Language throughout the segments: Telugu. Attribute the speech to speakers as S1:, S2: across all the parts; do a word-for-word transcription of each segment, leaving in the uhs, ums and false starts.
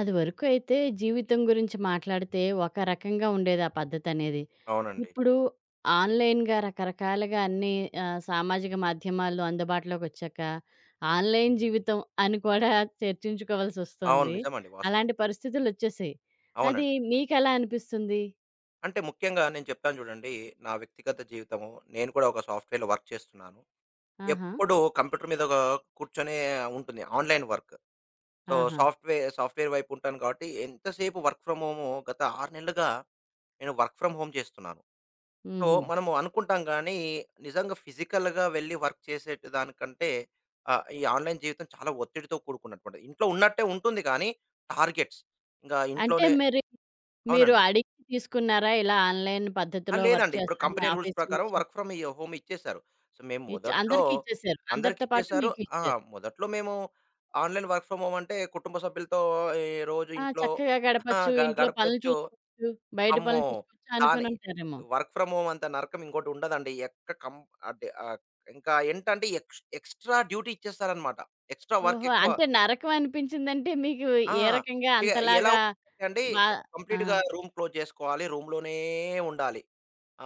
S1: అది వరకు అయితే జీవితం గురించి మాట్లాడితే ఒక రకంగా ఉండేది ఆ పద్ధతనేది.
S2: అవునండి.
S1: ఇప్పుడు ఆన్‌లైన్‌గా రకరకాలుగా అన్నీ ఆహ్, సామాజిక మాధ్యమాలు అందుబాటులోకొచ్చాక ఆన్‌లైన్ జీవితం అని కూడా
S2: అవును.
S1: చర్చించుకోవాల్సొస్తోంది.
S2: నిజమండి. వాస్తవం.
S1: అలాంటి పరిస్థితులొచ్చేసాయి. అది
S2: అవునండి.
S1: మీకెలా అనిపిస్తుంది?
S2: అంటే ముఖ్యంగా నేను చెప్తాను చూడండి. నా వ్యక్తిగత జీవితము, నేను కూడా ఒక సాఫ్ట్‌వేర్‌లో వర్క్ చేస్తున్నాను.
S1: ఆహా!
S2: ఎప్పుడూ కంప్యూటర్ మీద గా కూర్చొనే ఉంటుంది. Online work. సో,
S1: ఆహా!
S2: సాఫ్ట్‌వేర్ సాఫ్ట్‌వేర్ వైపు ఉంటాను కాబట్టి ఎంతసేపు వర్క్ ఫ్రమ్ హోము గత ఆరు నెలలుగా నేను వర్క్ ఫ్రమ్ హోమ్ చేస్తున్నాను. సో,
S1: హుహు.
S2: మనము అనుకుంటాం గానీ నిజంగా ఫిజికల్‌గా వెళ్లి వర్క్ చేసేటి దానికంటే ఆహ్, ఈ ఆన్‌లైన్ జీవితం చాలా ఒత్తిడితో కూడుకున్నటువంటిది. ఇంట్లో ఉన్నట్టే ఉంటుంది కానీ టార్గెట్స్. ఇంగా
S1: అంటే
S2: ఇంట్లోనే
S1: మరి మీరు
S2: అవునండి.
S1: అడిగి తీసుకున్నారా? ఇలా ఆన్‌లైన్
S2: ఆ!
S1: పద్ధతిలో వర్క్
S2: లేదండి. ఇప్పుడు
S1: చేస్తానని
S2: కంపెనీ రూల్స్
S1: ఆఫీస్
S2: ప్రకారం
S1: నుంచి?
S2: వర్క్ ఫ్రమ్ ఎ హోమ్ ఇచ్చేశారు. సో, మేము
S1: ఇచ్
S2: మొదట్లో
S1: అందరికీ ఇచ్చేసారు. అందరితో పాటు
S2: అందరికిచ్చేశారు.
S1: మీకు
S2: ఆ!
S1: ఇచ్చారు.
S2: మొదట్లో మేము ఆన్‌లైన్ వర్క్ ఫ్రమ్ హోమ్ అంటే కుటుంబ సభ్యులతో ఈ రోజు
S1: ఆ!
S2: ఇంట్లో
S1: చక్కగా
S2: ఆ!
S1: గడపొచ్చు.
S2: గ
S1: ఇంట్లో పనులు
S2: గడపొచ్చు.
S1: చూసుకోవచ్చు. బయట
S2: అమ్మో!
S1: పనులు చూసుకోవచ్చు
S2: దాని
S1: అనుకునుంటారేమో.
S2: వర్క్ ఫ్రమ్ హోమ్ అంత నరకం ఇంకోటి ఉండదండి. ఎక్క కం అంటే ఆహ్, ఇంకా ఏంటంటే ఎక్స్ ఎక్స్‌ట్రా డ్యూటీ ఇచ్చేస్తారనమాట. ఎక్స్‌ట్రా వర్క్
S1: ఓహో!
S2: ఎక్కువ.
S1: అంటే నరకం అనిపించిందంటే మీకు
S2: ఆ!
S1: ఏ రకంగా
S2: ఇగ ఎలా
S1: అంతలాగా
S2: ఉంటుందంటే అండి,
S1: బా? ఆ!
S2: కంప్లీట్‌గా రూమ్ క్లోజ్ చేసుకోవాలి. రూమ్‌లోనే ఉండాలి.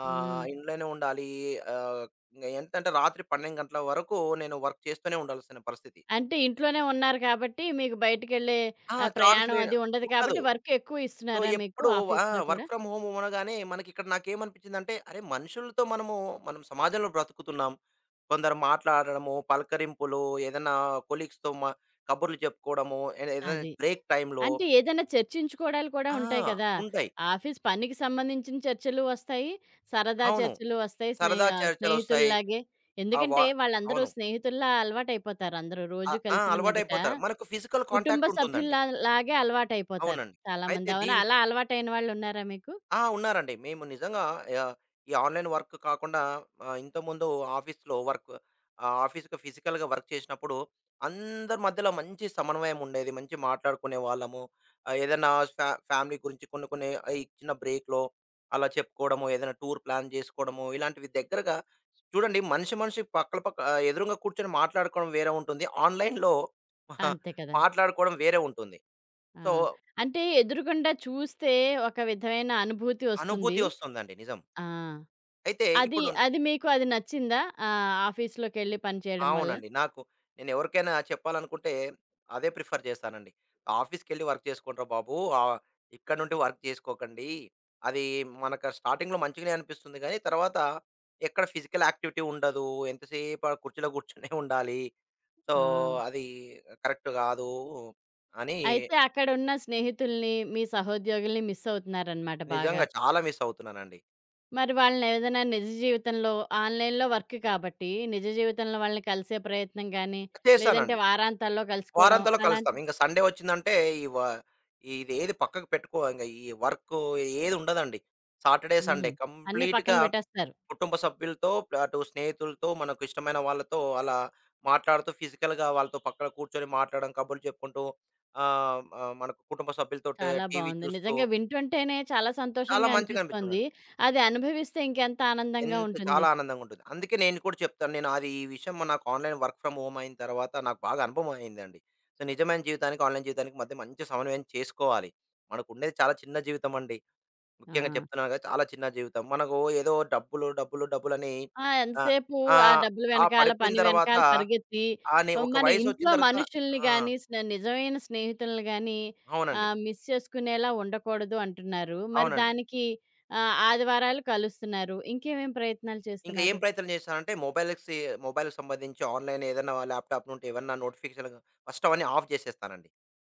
S2: ఆ!
S1: హ్మ్.
S2: ఇంట్లోనే ఉండాలి. ఆహ్, ఇంగ ఎంతంటే రాత్రి పన్నెండు గంటల వరకు నేను వర్క్ చేస్తూనే ఉండాల్సిన పరిస్థితి.
S1: అంటే ఇంట్లోనే ఉన్నారు కాబట్టి మీకు బయటికెళ్ళే
S2: ఆ!
S1: ఆహ్,
S2: చాన్స్ లే
S1: ప్రయాణం అది ఉండదు
S2: ఉండదు.
S1: కాబట్టి వర్క్ ఎక్కువ
S2: సో,
S1: ఇస్తున్నారా మీకు
S2: ఎప్పుడు ఆ!
S1: ఆఫీస్‌లో కూడా?
S2: వర్క్ ఫ్రమ్ హోమ్ అనగానే మనకిక్కడ నాకేమనిపించిందంటే, అరే! మనుషులతో మనము మనం సమాజంలో బ్రతుకుతున్నాం. కొందరు మాట్లాడడము, పలకరింపులు, ఏదన్నా కొలీగ్స్‌తో మ కబుర్లు చెప్పుకోవడము, ఏద ఏదైనా
S1: అది.
S2: బ్రేక్ టైమ్‌లో.
S1: అంటే ఏదైనా చర్చించుకోవడాలు కూడా
S2: ఆ!
S1: ఉంటాయి కదా!
S2: ఉంటాయి.
S1: ఆఫీస్ పనికి సంబంధించిన చర్చలు వస్తాయి. సరదా
S2: అవును.
S1: చర్చలు వస్తాయి. స్నేహి
S2: సరదా
S1: ఆహ్,
S2: చర్చలొస్తాయి.
S1: స్నేహితుల్లాగే.
S2: ఆ! వ
S1: ఎందుకంటే వాళ్ళందరూ
S2: అవును.
S1: స్నేహితుల్లా అలవాటైపోతారు. అందరూ
S2: ఆ!
S1: రోజు
S2: ఆ!
S1: కలిసిన మీదట
S2: అలవాటయిపోతారు. మనకు ఫిజికల్
S1: కుటుంబ
S2: కాంటాక్ట్ ఉంటుందండి.
S1: సభ్యుల్లా లాగే అలవాటైపోతారు
S2: అవునండి. అయితే
S1: చాలామంది. అవునా?
S2: దీంత్
S1: అలా అలవాటైన వాళ్ళున్నారా మీకు?
S2: ఆ! ఉన్నారండి. మేము నిజంగా ఆహ్, ఈ ఆన్‌లైన్ వర్క్ కాకుండా ఆహ్, ఇంతకుముందు ఆఫీస్‌లో వర్క్, ఆహ్, ఆఫీస్‌లో ఫిజికల్‌గా వర్క్ చేసినప్పుడు అందరి మధ్యలో మంచి సమన్వయం ఉండేది. మంచి మాట్లాడుకునే వాళ్ళము. ఆహ్, ఏదైనా ఫ్యా ఫ్యామిలీ గురించి కొన్ని కొన్ని ఆహ్, ఈ చిన్న బ్రేక్‌లో అలా చెప్పుకోవడము, ఏదైనా టూర్ ప్లాన్ చేసుకోవడము, ఇలాంటివి దగ్గరగా. చూడండి, మనిషి మనిషి పక్కల పక్క ఆహ్, ఎదురుంగా కూర్చొని మాట్లాడుకోవడం వేరే ఉంటుంది. ఆన్‌లైన్‌లో
S1: అంతే కదా!
S2: మాట్లాడుకోవడం వేరే ఉంటుంది.
S1: ఆ!
S2: సో,
S1: అంటే ఎదురుగుండా చూస్తే ఒక విధమైన అనుభూతి
S2: అనుభూతి
S1: వస్తుంది.
S2: వస్తుందండి. నిజం.
S1: ఆ!
S2: అయితే
S1: అది
S2: ఇప్పుడు
S1: అది మీకు అది నచ్చిందా? ఆహ్, ఆఫీస్‌లోకెళ్ళి పనిచేయడం వల్ల?
S2: అవునండి. నాకు నేనెవరికైనా చెప్పాలనుకుంటే అదే ప్రిఫర్ చేస్తానండి. "ఆఫీస్‌కెళ్ళి వర్క్ చేసుకోండిరా బాబు. ఆహ్, ఇక్కడ నుండి వర్క్ చేసుకోకండి. అది మనకు స్టార్టింగ్‌లో మంచిగానే అనిపిస్తుంది గానీ, తర్వాత ఎక్కడ ఫిజికల్ యాక్టివిటీ ఉండదు. ఎంతసేపు ఆ కుర్చీలో కూర్చునే ఉండాలి. సో,
S1: ఆ!
S2: అది కరెక్ట్ కాదు" అని.
S1: అయితే అక్కడున్న స్నేహితుల్ని, మీ సహోద్యోగుల్ని మిస్ అవుతున్నారనమాట బాగా.
S2: నిజంగా చాలా మిస్ అవుతున్నానండి.
S1: మరి వాళ్ళని ఏదైనా నిజ జీవితంలో ఆన్‌లైన్‌లో వర్క్ కాబట్టి, నిజ జీవితంలో వాళ్ళని కలిసే ప్రయత్నం గానీ, లేదంటే
S2: చేశానండి.
S1: వారాంతాల్లో కలుసుకోవడం
S2: వారాంతంలో కలుస్తాం.
S1: అలాంటివి?
S2: ఇంక సండే వచ్చిందంటే ఈ వ ఇదేది పక్కకు పెట్టుకో ఇంగ ఈ వర్కు ఏది ఉండదండి. సాటర్‌డే,
S1: హుహు.
S2: సండే
S1: అన్నీ పక్కన
S2: కంప్లీట్‌గా
S1: పెట్టేస్తారు.
S2: కుటుంబ సభ్యులతో ప్ల అటు స్నేహితులతో, మనకు ఇష్టమైన వాళ్ళతో అలా మాట్లాడుతూ ఫిజికల్‌గా వాళ్ళతో పక్కన కూర్చొని మాట్లాడడం, కబుర్లు చెప్పుకుంటూ ఆహ్, ఆహ్, మనకు కుటుంబ సభ్యులతోటే
S1: చాలా
S2: టీవీ
S1: బావుంది.
S2: చూస్తూ.
S1: నిజంగా వింటుంటేనే చాలా
S2: చాలా
S1: సంతోషంగా
S2: మంచిగా
S1: అనిపిస్తోంది.
S2: అనిపించిందండి.
S1: అది అనుభవిస్తే ఇంకెంత ఆనందంగా
S2: ఎంత
S1: ఉంటుంది.
S2: చాలా ఆనందంగుంటుంది. అందుకే నేను కూడా చెప్తాను. నేను అది ఈ విషయం నాకు ఆన్‌లైన్ వర్క్ ఫ్రమ్ హోమ్ అయిన తర్వాత నాకు బాగా అనుభవం అయిందండి. సో, నిజమైన జీవితానికి, ఆన్‌లైన్ జీవితానికి మధ్య మంచి సమన్వయం చేసుకోవాలి. మనకుండేది చాలా చిన్న జీవితం అండి.
S1: ఆ!
S2: ముఖ్యంగా చెప్తున్నాను కదా! చాలా చిన్న జీవితం. మనకు ఏదో డబ్బులు, డబ్బులు, డబ్బులని
S1: ఆ!
S2: ఆహ్,
S1: ఎంతసేపు ఆ
S2: ఆహ్,
S1: డబ్బులు
S2: ఆ ఆ
S1: వెనకాల,
S2: పడిపోయిన
S1: పని
S2: తర్వాత
S1: వెనకాల పరిగెత్తి
S2: ఆని
S1: ఆహ్,
S2: ఒక
S1: మన
S2: వయసొచ్చిన
S1: ఇంట్లో
S2: తర్వాత
S1: మనుషుల్ని
S2: ఆ!
S1: గాని, స్నే నిజమైన స్నేహితుల్ని గాని
S2: అవునండి.
S1: ఆహ్, మిస్ చేసుకునేలా ఉండకూడదు అంటున్నారు. మరి
S2: అవునండి.
S1: దానికి ఆహ్, ఆదివారాలు కలుస్తున్నారు. ఇంకేమేం ప్రయత్నాలు
S2: ఇంకా ఏం
S1: చేస్తున్నారు?
S2: ప్రయత్నం చేశానంటే మొబైల్‌కి, మొబైల్‌కి సంబంధించి ఆన్‌లైన్ ఏదైనా ల్యాప్‌టాప్ నుండి ఏవన్నా నోటిఫికేషన్, ఫస్ట్ అవన్నీ ఆఫ్ చేసేస్తానండి.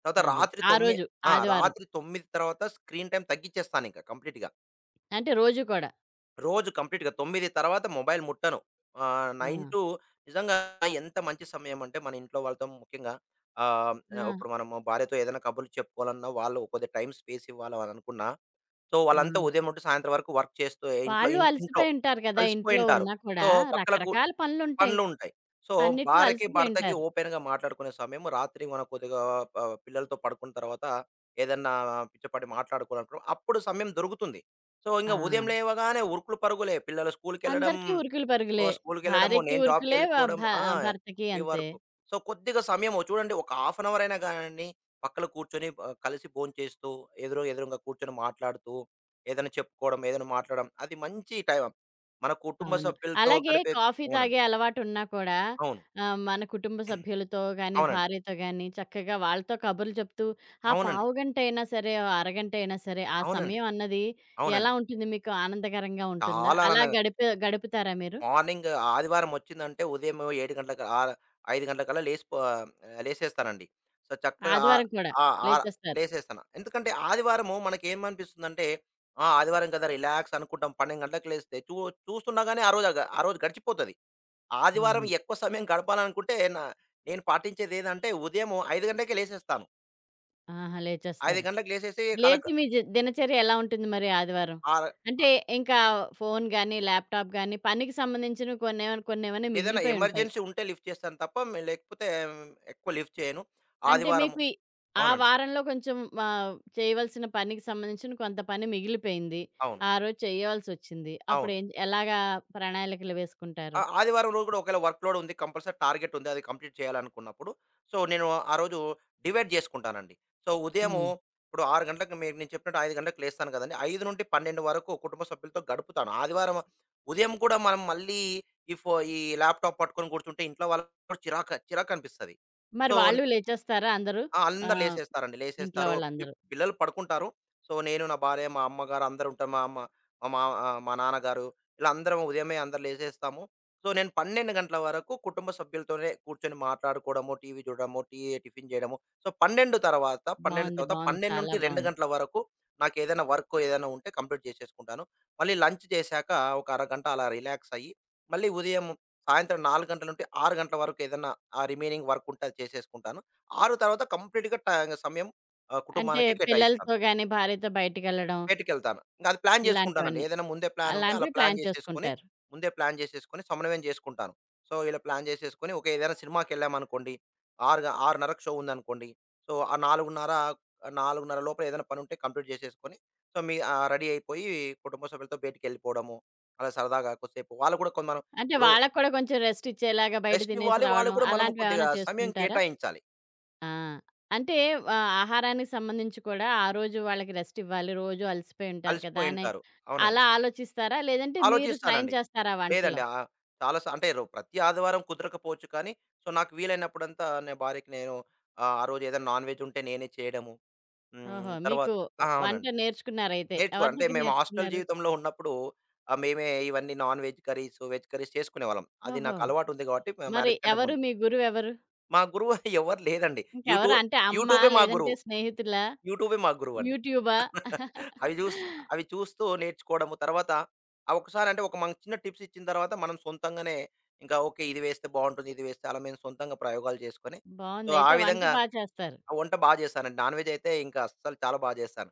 S2: తర్వాత
S1: అది.
S2: రాత్రి
S1: ఆ
S2: తొమ్మి
S1: రోజు
S2: ఆ!
S1: ఆదివారం.
S2: రాత్రి తొమ్మిది తర్వాత స్క్రీన్ టైమ్ తగ్గిచ్చేస్తానింక కంప్లీట్‌గా.
S1: అంటే రోజు కూడా.
S2: రోజు కంప్లీట్‌గా తొమ్మిది తర్వాత మొబైల్ ముట్టను. ఆహ్,
S1: ఆ!
S2: తొమ్మిది టు నిజంగా ఎంత మంచి సమయం అంటే మన ఇంట్లో వాళ్ళతో ముఖ్యంగా. ఆహ్,
S1: ఆ!
S2: ఇప్పుడు మనము భార్యతో ఏదైనా కబుర్లు చెప్పుకోవాలన్నా వాళ్ళు కొద్దిగా టైమ్ స్పేస్ ఇవ్వాలి అని అనుకున్నా, సో
S1: ఆ!
S2: వాళ్ళంతా ఉదయం నుండి సాయంత్రం వరకు వర్క్ చేస్తూ ఇంట్లో
S1: వాళ్ళు
S2: ఇన్ ఇంట్లో
S1: అలసిపోయి ఉంటారు కదా! ఇంట్లో
S2: అలసిపోయుంటారు.
S1: ఉన్నా
S2: సో
S1: కూడా
S2: పక్కల కు
S1: రకరకాల పనులుంటాయి.
S2: పనులుంటాయి. సో,
S1: అన్నిట్లో
S2: భార్యకి,
S1: అలసిపోయి
S2: భర్తకి
S1: ఉంటారు.
S2: ఓపెన్‌గా మాట్లాడుకునే సమయం రాత్రి మనం కొద్దిగా ఆహ్, పిల్లలతో పడుకున్న తర్వాత ఏదన్నా పిచ్చపాటి మాట్లాడుకోవాలనుకున్న అప్పుడు సమయం దొరుకుతుంది. సో, ఇంగ
S1: ఆ!
S2: ఉదయం లేవగానే ఉరుకులు పరుగులే, పిల్లలు స్కూలుకెళ్ళడం,
S1: అందరికీ ఉరుకులు
S2: ఓ
S1: పరుగులే.
S2: స్కూలుకెళ్ళడము,
S1: భార్యకి
S2: నేను
S1: ఉరుకులే వ
S2: జాబ్‌కెళ్ళిపోవడం,
S1: భ
S2: ఆ!
S1: భర్తకి
S2: ఈ
S1: అంతే.
S2: వరకు. సో, కొద్దిగా సమయం చూడండి ఒక హాఫ్ అన్ అవర్ అయినా గానీ పక్కన కూర్చొని ఆహ్, కలిసి భోంచేస్తూ, ఎదురు ఎదురుంగా కూర్చొని మాట్లాడుతూ, ఏదైనా చెప్పుకోవడం, ఏదైనా మాట్లాడడం అది మంచి టైం. మన కుటుంబ
S1: అవును.
S2: సభ్యులతో
S1: అలాగే
S2: గడిపే.
S1: కాఫీ
S2: అవునండి.
S1: తాగే అలవాటున్నా కూడా
S2: అవును.
S1: ఆహ్, మన కుటుంబ సభ్యులతో గానీ,
S2: అవునండి.
S1: భార్యతో గానీ చక్కగా వాళ్ళతో కబుర్లు చెప్తూ ఆ
S2: అవునండి.
S1: పావుగంటైనా సరే, ఓ అరగంటైనా సరే ఆ
S2: అవునండి.
S1: సమయం అన్నది ఎలా
S2: అవునండి.
S1: ఉంటుంది? మీకు ఆనందకరంగా ఉంటుందా?
S2: చాలా
S1: అలా
S2: ఆనందంగా
S1: గడిపే గడుపుతారా మీరు?
S2: మార్నింగ్ ఆదివారం వచ్చిందంటే ఉదయం ఏడు గంటలకు, ఆహ్, ఐదు గంటలకల్లా లేసిపో లేసేస్తానండి. సో, చక్కగా ఆహ్,
S1: ఆదివారం కూడా
S2: ఆహ్, ఆహ్,
S1: లేచేస్తారు.
S2: లేసేస్తాను. ఎందుకంటే ఆదివారము మనకేమనిపిస్తుందంటే, ఆ! ఆదివారం కదా! రిలాక్స్ అనుకుంటాం. పన్నెండు గంటలకు లేస్తే చూ చూస్తుండగానే ఆ రోజు, ఆ రోజు గడిచిపోతది. ఆదివారం
S1: అవును.
S2: ఎక్కువ సమయం గడపాలనుకుంటే నా నేను పాటించేదేందంటే ఉదయం ఐదు గంటలకే లేసేస్తాను.
S1: ఆహా!
S2: ఐదు
S1: లేచేస్తారు.
S2: గంటలకు లేసేసి కాలక్
S1: లేచి మీ జ దినచర్య ఎలా ఉంటుంది మరి ఆదివారం?
S2: ఆర
S1: అంటే ఇంకా ఫోను గాని, ల్యాప్‌టాప్ గాని పనికి సంబంధించినవి కొన్నేమైనా కొన్నేమైనా
S2: ఏదైనా
S1: మిగిలిపోయి ఉంటాయి.
S2: ఎమర్జెన్సీ ఉంటే లిఫ్ట్ చేస్తాను తప్ప, మే లేకపోతే ఉమ్, ఎక్కువ లిఫ్ట్ చేయను.
S1: అంటే
S2: ఆదివారము
S1: మీకు ఈ ఆ
S2: అవునండి.
S1: వారంలో కొంచెం ఆహ్, చేయవలసిన పనికి సంబంధించిన కొంత పని మిగిలిపోయింది.
S2: అవును.
S1: ఆ రోజు చేయవలసొచ్చింది.
S2: అవును.
S1: అప్పుడేం ఎలాగా ప్రణాళికలు
S2: ఆ
S1: వేసుకుంటారు?
S2: ఆదివారం రోజు కూడా ఒకవేళ వర్క్ లోడ్ ఉంది. కంపల్సరీ టార్గెట్ ఉంది. అది కంప్లీట్ చేయాలనుకున్నప్పుడు, సో, నేను ఆ రోజు డివైడ్ చేసుకుంటానండి. సో, ఉదయము
S1: హ్మ్.
S2: ఇప్పుడు ఆరు గంటలకు మే నేను చెప్పినట్టు ఐదు గంటలకు లేస్తాను కదండీ! ఐదు నుండి పన్నెండు వరకు కుటుంబ సభ్యులతో గడుపుతాను. ఆదివారం ఉదయం కూడా మనం మళ్ళీ ఈ ఫో ఈ ల్యాప్‌టాప్ పట్టుకొని కూర్చుంటే ఇంట్లో వాళ్ళకి కూడా చిరాక చిరాకనిపిస్తది.
S1: మరి
S2: సో
S1: వాళ్ళు లేచేస్తారా అందరూ?
S2: ఆ! అందరు
S1: ఆహ్,
S2: లేసేస్తారండి.
S1: ఇంట్లో
S2: లేసేస్తారు. పి
S1: వాళ్ళందరూ.
S2: పిల్లలు పడుకుంటారు. సో, నేను, నా భార్య, మా అమ్మగారు అందరూ ఉంటాం. మా అమ్మ, మా మామ, ఆహ్, మా నాన్నగారు, ఇలా అందరం ఉదయమే అందరూ లేసేస్తాము. సో, నేను పన్నెండు గంటల వరకు కుటుంబ సభ్యులతోనే కూర్చొని మాట్లాడుకోవడము, టీవీ చూడడము, టీ టిఫిన్ చేయడము. సో, పన్నెండు తర్వాత పన్నెండు
S1: బావుంది.
S2: తర్వాత
S1: బావుంది. చాలా
S2: పన్నెండు నుండి రెండు
S1: బావుంది.
S2: గంటల వరకు నాకేదైనా వర్క్ ఏదైనా ఉంటే కంప్లీట్ చేసేసుకుంటాను. మళ్ళీ లంచ్ చేశాక ఒక అరగంట అలా రిలాక్స్ అయ్యి, మళ్ళీ ఉదయం సాయంత్రం నాలుగు గంటల నుండి ఆరు గంటల వరకు ఏదన్నా ఆ రిమైనింగ్ వర్క్ ఉంటే అది చేసేసుకుంటాను. ఆరు తర్వాత కంప్లీట్‌గా ట సమయం ఆహ్,
S1: అంటే
S2: కుటుంబానికే కేటాయిస్తాను.
S1: పిల్లలతో గాని, భార్యతో బయటికెళ్ళడం
S2: బయటికెళ్తాను. ఇంక అది ప్లాన్ చేసుకుంటానండి.
S1: ఇలాంటివన్నీ.
S2: ఏదైనా ముందే ప్లాన్ ఉంటే అలా
S1: అలాంటివి
S2: ప్లాన్
S1: ప్లాన్
S2: చేసేసుకొని,
S1: చేసుకుంటారు.
S2: ముందే ప్లాన్ చేసేసుకొని సమన్వయం చేసుకుంటాను. సో, ఇలా ప్లాన్ చేసేసుకొని ఓకే. ఏదైనా సినిమాకెళ్ళామనుకోండి. ఆరుగ 6:30కి షో ఉందనుకోండి. సో, ఆ నాలుగున్నర నాలుగున్నర లోపల ఏదైనా పనుంటే కంప్లీట్ చేసేసుకొని, సో, మీ ఆహ్, రెడీ అయిపోయి కుటుంబ సభ్యులతో బయటికెళ్ళిపోవడము. అలా సరదాగా కొద్దిసేపు వాళ్ళు కూడా కొంత మనం
S1: అంటే
S2: ఇప్పుడు
S1: వాళ్ళకి కూడా కొంచెం రెస్ట్ ఇచ్చేలాగా బయట
S2: రెస్ట్
S1: తినేసి
S2: ఇవ్వాలి. వాళ్ళకి
S1: రావడం
S2: కూడా మనం కొద్దిగా
S1: అలాంటివేవన్నా
S2: సమయం
S1: చేస్తుంటారా?
S2: కేటాయించాలి.
S1: ఆ! అంటే ఆహ్, ఆహారానికి సంబంధించి కూడా ఆ రోజు వాళ్ళకి రెస్ట్ ఇవ్వాలి. రోజు అలసిపోయి ఉంటారు కదా! అని
S2: అలసిపోయుంటారు. అవునండి.
S1: అలా ఆలోచిస్తారా? లేదంటే మీరు సాయం
S2: ఆలోచిస్తానండి.
S1: చేస్తారా వంటలో?
S2: లేదండి. ఆహ్, చాలా సా అంటే రో ప్రతి ఆదివారం కుదరకపోవచ్చు కానీ, సో, నాకు వీలైనప్పుడంతా నా భార్యకి నేను ఆహ్, ఆ రోజు ఏదైనా నాన్ వెజ్ ఉంటే నేనే చేయడము. హ్మ్.
S1: ఓహో!
S2: తర్వాత
S1: మీకు
S2: ఆ!
S1: వంట
S2: అవునండి.
S1: నేర్చుకున్నారయితే.
S2: నేర్చుకో
S1: ఎవరి
S2: అంటే
S1: దగ్గర
S2: మేము హాస్టల్
S1: నేర్చుకున్నారు?
S2: జీవితంలో ఉన్నప్పుడు ఆహ్, మేమే ఇవన్నీ non veg curries, veg curries చేసుకునేవాళ్ళం. అది
S1: ఓహో!
S2: నాకు అలవాటు ఉంది కాబట్టి మ
S1: మరి
S2: మ్యారేజ్ కంటే
S1: ఎవరు
S2: ముందు.
S1: మీ గురువెవరు?
S2: మా గురువు ఎవరు లేదండి. యూట్యూ
S1: ఇంకెవరు? అంటే అమ్మా?
S2: యూట్యూబే మా
S1: లేదంటే
S2: గురువు.
S1: స్నేహితులా?
S2: యూట్యూబే మా గురువండి.
S1: యూట్యూబా?
S2: అవి జూస్ అవి చూస్తూ నేర్చుకోవడము. తర్వాత ఆహ్, ఒకసారి అంటే ఒక మనకు చిన్న టిప్స్ ఇచ్చిన తర్వాత మనం సొంతంగానే ఇంకా ఓకే. ఇది వేస్తే బావుంటుంది. ఇది వేస్తే అలా మేము సొంతంగా ప్రయోగాలు చేసుకొని. సో,
S1: బావుంది.
S2: ఆ
S1: అయితే వంట
S2: విధంగా
S1: బా చేస్తారు.
S2: ఆ వంట బా చేశానండి. నాన్ వెజ్ అయితే ఇంకా అస్సలు చాలా బా చేశాను.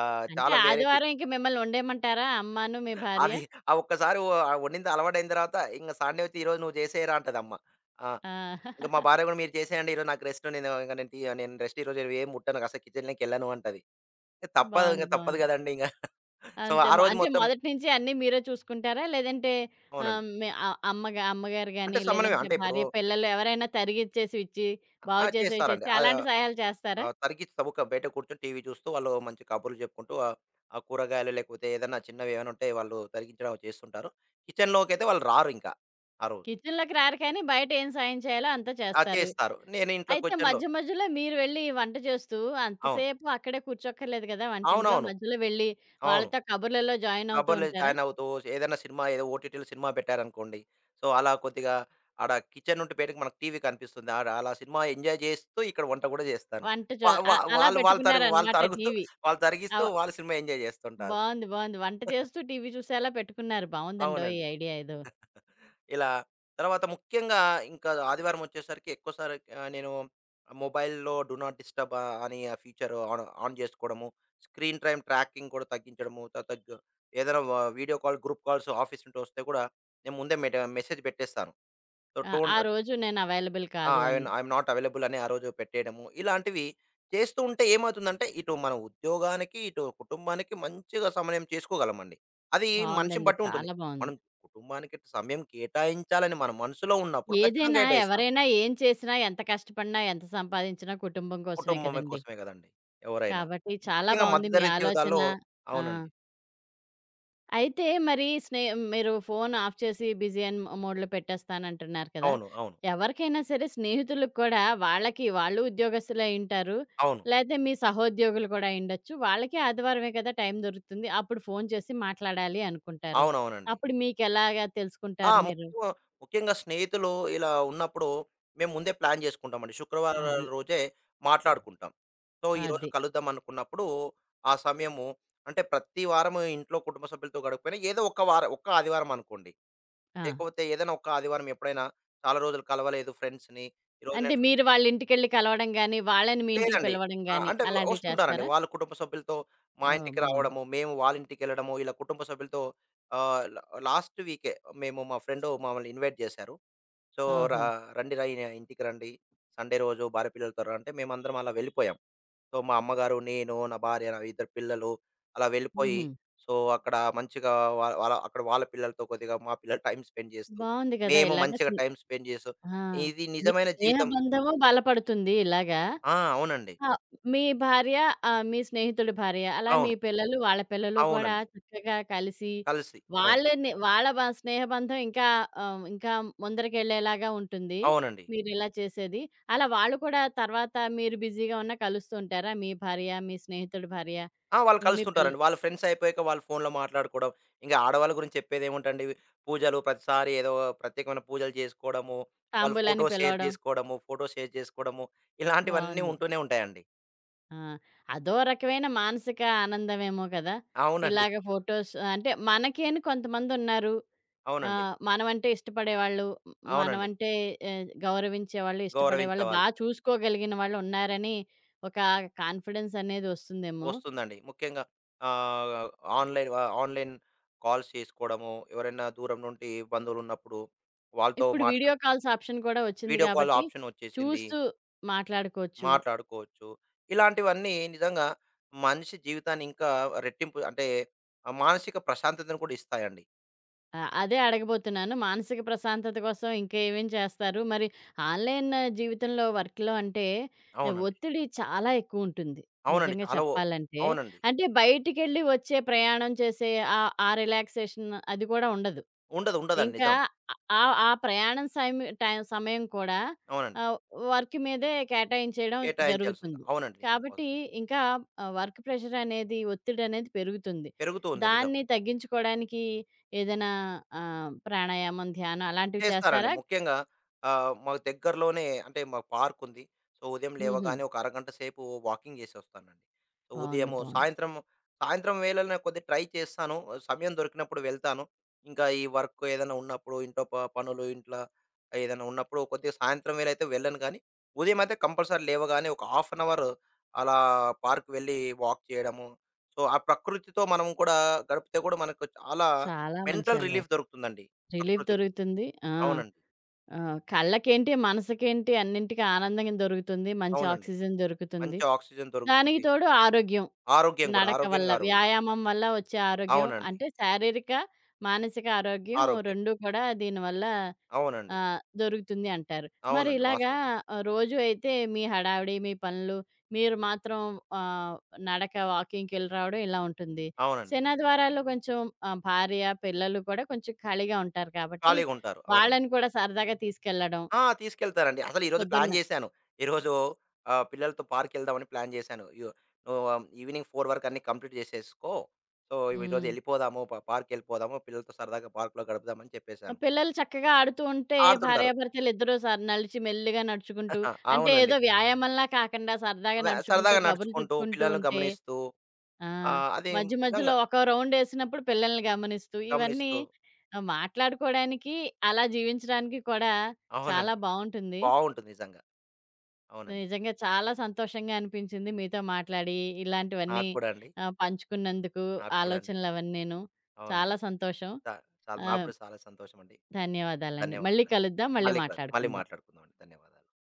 S2: ఆహ్,
S1: అంటే
S2: చాలా వెరైటీస్.
S1: ఆదివారం ఇంక మిమ్మల్ని ఉండేయమంటారా? అమ్మాను, మీ భార్య.
S2: అది ఆ ఒక్కసారి వ వండింది అలవాటైన తర్వాత ఇంక సండే వచ్చి ఈరోజు నువ్వు చేసేయరా అంటదమ్మ. ఆ!
S1: ఆ!
S2: ఇంక మా భార్య కూడా మీరు చేసేయండి. ఈరోజు నాకు రెస్ట్ నేను ఇంక నేను తి నేను రెస్ట్ ఈరోజు ఏం ముట్టను. అసలు కిచెన్‌లోకెళ్ళను అంటది. ఇంకా తప్పదు
S1: బావుంది.
S2: ఇంక తప్పదు
S1: బావుంది.
S2: కదండీ! ఇంక. సో,
S1: అంతే
S2: ఆ
S1: మొ
S2: రోజు
S1: అంటే
S2: మొత్తం
S1: మొదటి నుంచి అన్నీ మీరే చూసుకుంటారా? లేదంటే ఆహ్,
S2: అవునండి.
S1: మీ అ అమ్మగా అమ్మగారు
S2: అంటే
S1: గాని,
S2: సమనమే.
S1: లేదంటే
S2: అంటే ఇప్పుడు
S1: భార్య, పిల్లలు ఎవరైనా తరిగిచ్చేసివి ఇచ్చి,
S2: ఆ!
S1: బాగు చేసేవి
S2: చేస్తారండి.
S1: చేసి
S2: ఆహ్,
S1: అలాంటి సహాయాలు చేస్తారా?
S2: ఆహ్, తరిగి చబుక బయట కూర్చొని టీవీ చూస్తూ వాళ్ళు మంచి కబుర్లు చెప్పుకుంటూ ఆహ్, ఆ కూరగాయలు లేకపోతే ఏదైనా చిన్నవి ఏమైనా ఉంటే వాళ్ళు తరిగించడం అవి చేస్తుంటారు. కిచెన్‌లోకైతే వాళ్ళు రారింకా. ఆ రోజు.
S1: కిచెన్‌లోకి రారు కానీ, బయట ఏం సాయం చేయాలో అంతా
S2: ఆ!
S1: చేస్తారు.
S2: చేస్తారు. నేను ఇంట్లో
S1: అయితే
S2: కిచెన్‌లో
S1: మధ్య మధ్యలో మీరు వెళ్లి వంట చేస్తూ
S2: అవును.
S1: అంతసేపు అక్కడే కూర్చోక్కర్లేదు కదా! వంటింట్లో.
S2: అవునవును.
S1: మధ్యలో వెళ్లి
S2: అవును.
S1: వాళ్ళతో కబుర్లలో జాయిన్ అవుతూ
S2: కబర్‌లో
S1: ఉంటారా?
S2: జాయిన్ అవుతూ ఏదైనా సినిమా ఏదో ఓటీటీలో సినిమా పెట్టారనుకోండి. సో, అలా కొద్దిగా ఆడ కిచెన్ నుండి బయటకి మనకు టీవీ కనిపిస్తుంది. ఆడ అలా సినిమా ఎంజాయ్ చేస్తూ ఇక్కడ వంట కూడా చేస్తాను.
S1: వంట చూ
S2: వా
S1: అ
S2: వా
S1: అలా
S2: వాళ్ళు వాళ్ళు తరుగు వాళ్ళు
S1: పెట్టుకున్నారనమాట
S2: తరుగుతూ,
S1: టీవీ.
S2: వాళ్ళు తరిగిస్తూ
S1: అవ
S2: వాళ్ళు సినిమా ఎంజాయ్ చేస్తుంటారు.
S1: బావుంది. బావుంది. వంట చేస్తూ టీవీ చూసేలా పెట్టుకున్నారు. బావుందండోయ్! ఈ
S2: అవునండి.
S1: ఐడియా ఏదో.
S2: ఇలా. తర్వాత ముఖ్యంగా ఇంకా ఆదివారం వచ్చేసరికి ఎక్కువ సారి ఆహ్, నేను మొబైల్‌లో డూ నాట్ డిస్టర్బ్ ఆహ్, అని ఆ ఫీచర్ ఆన్ ఆన్ చేసుకోవడము. స్క్రీన్ టైమ్ ట్రాకింగ్ కూడా తగ్గించడము. తర్వాత గ ఏదైనా వ video call, group calls office నుండి వస్తే కూడా నేను ముందే మెట మెసేజ్ పెట్టేస్తాను. సో,
S1: ఆ!
S2: టోన్
S1: ఆ రోజు నేను అవైలబుల్
S2: ఆ!
S1: కాదు
S2: ఐఎమ్
S1: అని.
S2: ఐఎమ్ నాట్ అవైలబుల్ అని ఆ రోజు పెట్టేయడము. ఇలాంటివి చేస్తూ ఉంటే ఏమవుతుందంటే, ఇటు మన ఉద్యోగానికి, ఇటు కుటుంబానికి మంచిగా సమన్వయం చేసుకోగలమండి. అది మనిషిని
S1: బావుందండి.
S2: బట్టి ఉంటుంది.
S1: చాలా బావుంది.
S2: మనం కుటుంబానికి సమయం కేటాయించాలని మన మనసులో ఉన్నప్పుడు ఖచ్చితంగా
S1: ఏదైనా,
S2: కేటాయిస్తాం.
S1: ఎవరైనా ఏం చేసినా, ఎంత కష్టపడినా, ఎంత సంపాదించినా కుటుంబం కోసమే
S2: కుటుంబం
S1: కదండీ!
S2: కోసమే కదండీ ఎవరైనా.
S1: కాబట్టి చాలా
S2: ముఖ్యంగా
S1: బావుంది మీ
S2: మధ్యతరగతి
S1: ఆలోచన.
S2: జీవితాల్లో
S1: ఆ!
S2: అవునండి.
S1: అయితే మరి స్నే మీరు ఫోను ఆఫ్ చేసి బిజీ అని మో మోడ్‌లో పెట్టేస్తానంటున్నారు కదా!
S2: అవును. అవును.
S1: ఎవరికైనా సరే స్నేహితులకు కూడా వాళ్ళకి వాళ్ళు ఉద్యోగస్తులే అయ్యుంటారు.
S2: అవును.
S1: లేతే మీ సహోద్యోగులు కూడా అయ్యుండొచ్చు. వాళ్ళకి ఆదివారమే కదా టైం దొరుకుతుంది. అప్పుడు ఫోను చేసి మాట్లాడాలి అనుకుంటారు.
S2: అవునవునండి.
S1: అప్పుడు మీకెలాగా
S2: ఆ!
S1: తెలుసుకుంటారు మీరు?
S2: ముఖ్యంగా ముఖ్యంగా స్నేహితులు ఇలా ఉన్నప్పుడు మేము ముందే ప్లాన్ చేసుకుంటామండి. శుక్రవారాల
S1: అది.
S2: రోజే మాట్లాడుకుంటాం. సో, ఈరోజు
S1: అది.
S2: కలుద్దాం అనుకున్నప్పుడు ఆ సమయము అంటే ప్రతి వారము ఇంట్లో కుటుంబ సభ్యులతో గడకపోయినా ఏదో ఒక వారం ఒక్క ఆదివారం అనుకోండి.
S1: ఆ!
S2: లేకపోతే ఏదైనా ఒక్క ఆదివారం ఎప్పుడైనా చాలా రోజులు కలవలేదు ఫ్రెండ్స్‌ని. ఈరోజు
S1: అంటే
S2: నేను
S1: మీరు వాళ్ళ ఇంటికెళ్ళి కలవడం గాని, వాళ్ళని మీ ఇంటికి
S2: లేదండి.
S1: పిలవడం
S2: ఆ!
S1: గాని
S2: అంటే
S1: అలాంటివి
S2: వస్తుంటారండి.
S1: చేస్తారా?
S2: వాళ్ళ కుటుంబ సభ్యులతో మా
S1: ఓహ్!
S2: ఇంటికి
S1: బావుంది.
S2: రావడము, మేము వాళ్ళ ఇంటికెళ్ళడము ఇలా కుటుంబ సభ్యులతో. ఆహ్, లా లాస్ట్ వీకే మేము మా ఫ్రెండ్ మమ్మల్ని ఇన్వైట్ చేశారు. సో, రా
S1: ఓహో!
S2: రండిరా ఇన ఇంటికి రండి. సండే రోజు భార్య పిల్లలతో రా అంటే మేమందరం అలా వెళ్ళిపోయాం. సో, మా అమ్మగారు, నేను, నా భార్య, నా ఇద్దరు పిల్లలు అలా వెళ్ళిపోయి,
S1: హుహు.
S2: సో, అక్కడ మంచిగా వా వాళ్ళ అక్కడ వాళ్ళ పిల్లలతో కొద్దిగా మా పిల్లలు టైమ్ స్పెండ్ చేస్తూ,
S1: బావుంది కదా!
S2: మేము
S1: ఇలాగ.
S2: మంచిగా టైమ్ స్పెండ్ చేస్తూ,
S1: ఆ!
S2: ఇది
S1: మీ
S2: నిజమైన
S1: స్నేహ
S2: జీవితం.
S1: బంధము బలపడుతుంది ఇలాగా.
S2: ఆ! అవునండి.
S1: ఆ! మీ భార్య ఆహ్, మీ స్నేహితుడి భార్య, అలా మీ
S2: అవును.
S1: పిల్లలు, వాళ్ళ పిల్లలు కూడా
S2: అవునండి.
S1: చక్కగా కలిసి
S2: కలిసి. అవును.
S1: వాళ్ళని వాళ్ళ బ స్నేహ బంధం ఇంకా ఆహ్, ఇంకా ముందరికెళ్ళేలాగా ఉంటుంది.
S2: అవునండి.
S1: మీరిలా చేసేది. అలా వాళ్ళు కూడా తర్వాత మీరు బిజీగా ఉన్నా కలుస్తూ ఉంటారా? మీ భార్య, మీ స్నేహితుడి భార్య,
S2: ఆ! వాళ్ళు
S1: మీ పిల్ల
S2: కలుస్తుంటారండి. వాళ్ళ ఫ్రెండ్స్ అయిపోయాక వాళ్ళు ఫోన్‌లో మాట్లాడుకోవడం. ఇంక ఆడవాళ్ళ గురించి చెప్పేదేముంటండి. పూజలు ప్రతిసారి ఏదో ప్రత్యేకమైన పూజలు చేసుకోవడము, వాళ్ళు ఫోటో
S1: తాంబూలానికి
S2: షేర్
S1: పిలవడం.
S2: చేసుకోవడము, ఫోటో షేర్ చేసుకోవడము ఇలాంటివన్నీ
S1: బావుంది.
S2: ఉంటూనే ఉంటాయండి.
S1: ఆ! అదో రకమైన మానసిక ఆనందమేమో కదా!
S2: అవునండి.
S1: ఇలాగ ఫోటోస్ అంటే మనకి అని కొంతమందున్నారు.
S2: అవునండి.
S1: ఆహ్, మనమంటే ఇష్టపడేవాళ్ళు,
S2: అవునండి.
S1: మనమంటే ఆహ్, గౌరవించేవాళ్ళు, ఇష్టపడేవాళ్ళు, బా
S2: గౌరవించేవాళ్ళు.
S1: చూసుకోగలిగిన వాళ్ళున్నారని ఒక కాన్ఫిడెన్స్ అనేది వస్తుందేమో.
S2: వస్తుందండి. ముఖ్యంగా ఆహ్, ఆన్‌లైన్ ఆహ్, ఆన్‌లైన్ కాల్స్ చేసుకోవడము, ఎవరైనా దూరం నుండి బంధువులున్నప్పుడు వాళ్ళతో
S1: ఇప్పుడు వీడియో
S2: మాట్లాడడం.
S1: కాల్స్ ఆప్షన్ కూడా వచ్చింది
S2: వీడియో కాల్
S1: కాబట్టి
S2: ఆప్షన్ వచ్చేసింది.
S1: చూస్తూ మాట్లాడుకోవచ్చు.
S2: మాట్లాడుకోవచ్చు. ఇలాంటివన్నీ నిజంగా మనిషి జీవితాన్ని ఇంకా రెట్టింపు అంటే ఆహ్, మానసిక ప్రశాంతతను కూడా ఇస్తాయండి.
S1: ఆ! అదే అడగబోతున్నాను. మానసిక ప్రశాంతత కోసం ఇంకా ఏమేం చేస్తారు? మరి ఆన్‌లైన్ జీవితంలో వర్క్‌లో అంటే ఆ,
S2: అవునండి.
S1: ఒత్తిడి చాలా ఎక్కువుంటుంది.
S2: అవునండి.
S1: నిజంగా
S2: చాలా ఓ
S1: చెప్పాలంటే.
S2: అవునండి.
S1: అంటే బయటికెళ్ళి వచ్చే ప్రయాణం చేసే ఆ ఆ రిలాక్సేషన్ అది కూడా ఉండదు.
S2: ఉండదు. ఉండదండి.
S1: ఇంకా
S2: నిజం.
S1: ఆ ఆ ప్రయాణం సైమి టైం సమయం కూడా
S2: అవునండి.
S1: ఆహ్, వర్క్ మీదే కేటాయించేయడం
S2: కేటాయించాల్సింది.
S1: జరుగుతుంది.
S2: అవునండి. నిజం.
S1: కాబట్టి ఇంకా ఆహ్, వర్క్ ప్రెషర్ అనేది, ఒత్తిడనేది పెరుగుతుంది.
S2: పెరుగుతూ ఉంది. నిజం.
S1: దాన్ని తగ్గించుకోవడానికి ఏదైనా ఆహ్, ప్రాణాయామం, ధ్యానం అలాంటివి
S2: చేస్తారండి.
S1: చేస్తారా?
S2: ముఖ్యంగా ఆహ్, మాకు దగ్గరలోనే అంటే మాకు పార్కుంది. సో, ఉదయం
S1: హుహు.
S2: లేవగానే ఒక అరగంట సేపు వాకింగ్ చేసొస్తానండి. సో,
S1: బావుంది.
S2: ఉదయము
S1: బావుంది.
S2: సాయంత్రం, సాయంత్రం వేళలనే కొద్దిగా ట్రై చేస్తాను. సమయం దొరికినప్పుడు వెళ్తాను. ఇంకా ఈ వర్క్ ఏదైనా ఉన్నప్పుడు ఇంట్లో ప పనులు ఇంట్ల ఏదైనా ఉన్నప్పుడు కొద్దిగా సాయంత్రం వేళ అయితే వెళ్ళను గానీ, ఉదయం అయితే కంపల్సరీ లేవగానే ఒక హాఫ్ అన్ అవర్ అలా పార్క్ వెళ్ళి వాక్ చేయడము. సో, ఆ ప్రకృతితో మనం కూడా గడిపితే కూడా మనకు చాలా
S1: చాలా మంచి
S2: మెంటల్ రిలీఫ్
S1: అలవాటు.
S2: దొరుకుతుందండి
S1: రిలీఫ్
S2: ప్రకృతితో.
S1: దొరుకుతుంది. ఆ!
S2: అవునండి.
S1: ఆహ్, కళ్ళకేంటి, మనసుకేంటి అన్నింటికి ఆనందం దొరుకుతుంది. మంచి
S2: అవునండి.
S1: ఆక్సిజన్ దొరుకుతుంది.
S2: మంచి ఆక్సిజన్
S1: దానికి
S2: దొరుకుతుంది.
S1: తోడు ఆరోగ్యం.
S2: ఆరోగ్యం కూడా
S1: నడక వల్ల,
S2: ఆరోగ్యానికి ఆరోగ్యం.
S1: వ్యాయామం వల్ల వచ్చే ఆరోగ్యం
S2: అవునండి.
S1: అంటే శారీరక, మానసిక ఆరోగ్యం
S2: ఆరోగ్యం.
S1: రెండు కూడా దీనివల్ల
S2: అవునండి.
S1: ఆహ్, దొరుకుతుంది అంటారు. మరి
S2: అవునండి.
S1: ఇలాగా
S2: వాస్తవం.
S1: ఆహ్, రోజు అయితే మీ హడావిడి, మీ పనులు, మీరు మాత్రం ఆహ్, నడక, వాకింగ్‌కెళ్ళి రావడం ఇలా ఉంటుంది.
S2: అవునండి.
S1: శనివారాల్లో కొంచెం ఆహ్, భార్య, పిల్లలు కూడా కొంచెం ఖాళీగా ఉంటారు కాబట్టి,
S2: ఖాళీగుంటారు. అవునండి.
S1: వాళ్ళని కూడా సరదాగా తీసుకెళ్ళడం.
S2: ఆ! తీసుకెళ్తారండి. అసలు ఈరోజు ప్లాన్
S1: పొద్దున్న?
S2: జేశాను. ఈరోజు ఆహ్, పిల్లలతో పార్క్‌కెళ్దామని ప్లాన్ జేశాను. యు నువ్వు ఆ, ఈవినింగ్ నాలుగు వరకు అన్నీ కంప్లీట్ జేసేసుకో. సో, ఈరోజు
S1: హ్మ్.
S2: ఎళ్ళిపోదాము పా పార్క్‌కెళ్ళిపోదాము. పిల్లలతో సరదాగా పార్క్‌లో గడుపుదాం అని
S1: ఆ!
S2: చెప్పేశాను.
S1: పిల్లలు చక్కగా ఆడుతూ ఉంటే
S2: ఆడుతుంటారు.
S1: భార్యాభర్తలిద్దరూ సర్ నలిచి మెల్లిగా నడుచుకుంటూ అంటే
S2: అవునండి.
S1: ఏదో వ్యాయామంలా కాకుండా సరదాగా
S2: వే
S1: నడుచుకుంటూ
S2: సరదాగా
S1: కబుర్లు
S2: నడుచుకుంటూ,
S1: చెప్పుకుంటూ
S2: పిల్లల్ని
S1: ఉంటే
S2: గమనిస్తూ
S1: ఆ!
S2: ఆహ్, అది
S1: మధ్య మధ్యలో
S2: నిజంగా
S1: ఒక రౌండేసినప్పుడు పిల్లల్ని గమనిస్తూ ఇవన్నీ
S2: గమనిస్తూ
S1: ఆహ్, మాట్లాడుకోవడానికి, అలా జీవించడానికి కూడా చాలా
S2: అవునండి.
S1: బావుంటుంది.
S2: బావుంటుంది నిజంగా. అవునండి.
S1: నిజంగా చాలా సంతోషంగా అనిపించింది మీతో మాట్లాడి ఇలాంటివన్నీ
S2: నాకు కూడా అండి.
S1: ఆహ్, పంచుకున్నందుకు
S2: నాకు కూడా అండి.
S1: ఆలోచనలవన్నీను. చాలా
S2: అవునండి.
S1: సంతోషం.
S2: చా చాలా నాకు
S1: ఆహ్,
S2: కూడా చాలా సంతోషమండి.
S1: ధన్యవాదాలండి. మళ్ళీ
S2: ధన్యవాదాలు.
S1: కలుద్దాం. మళ్ళీ
S2: మళ్ళీ కలు మళ్ళీ
S1: మాట్లాడుకుందాం.
S2: మాట్లాడుకుందామండి. ధన్యవాదాలు.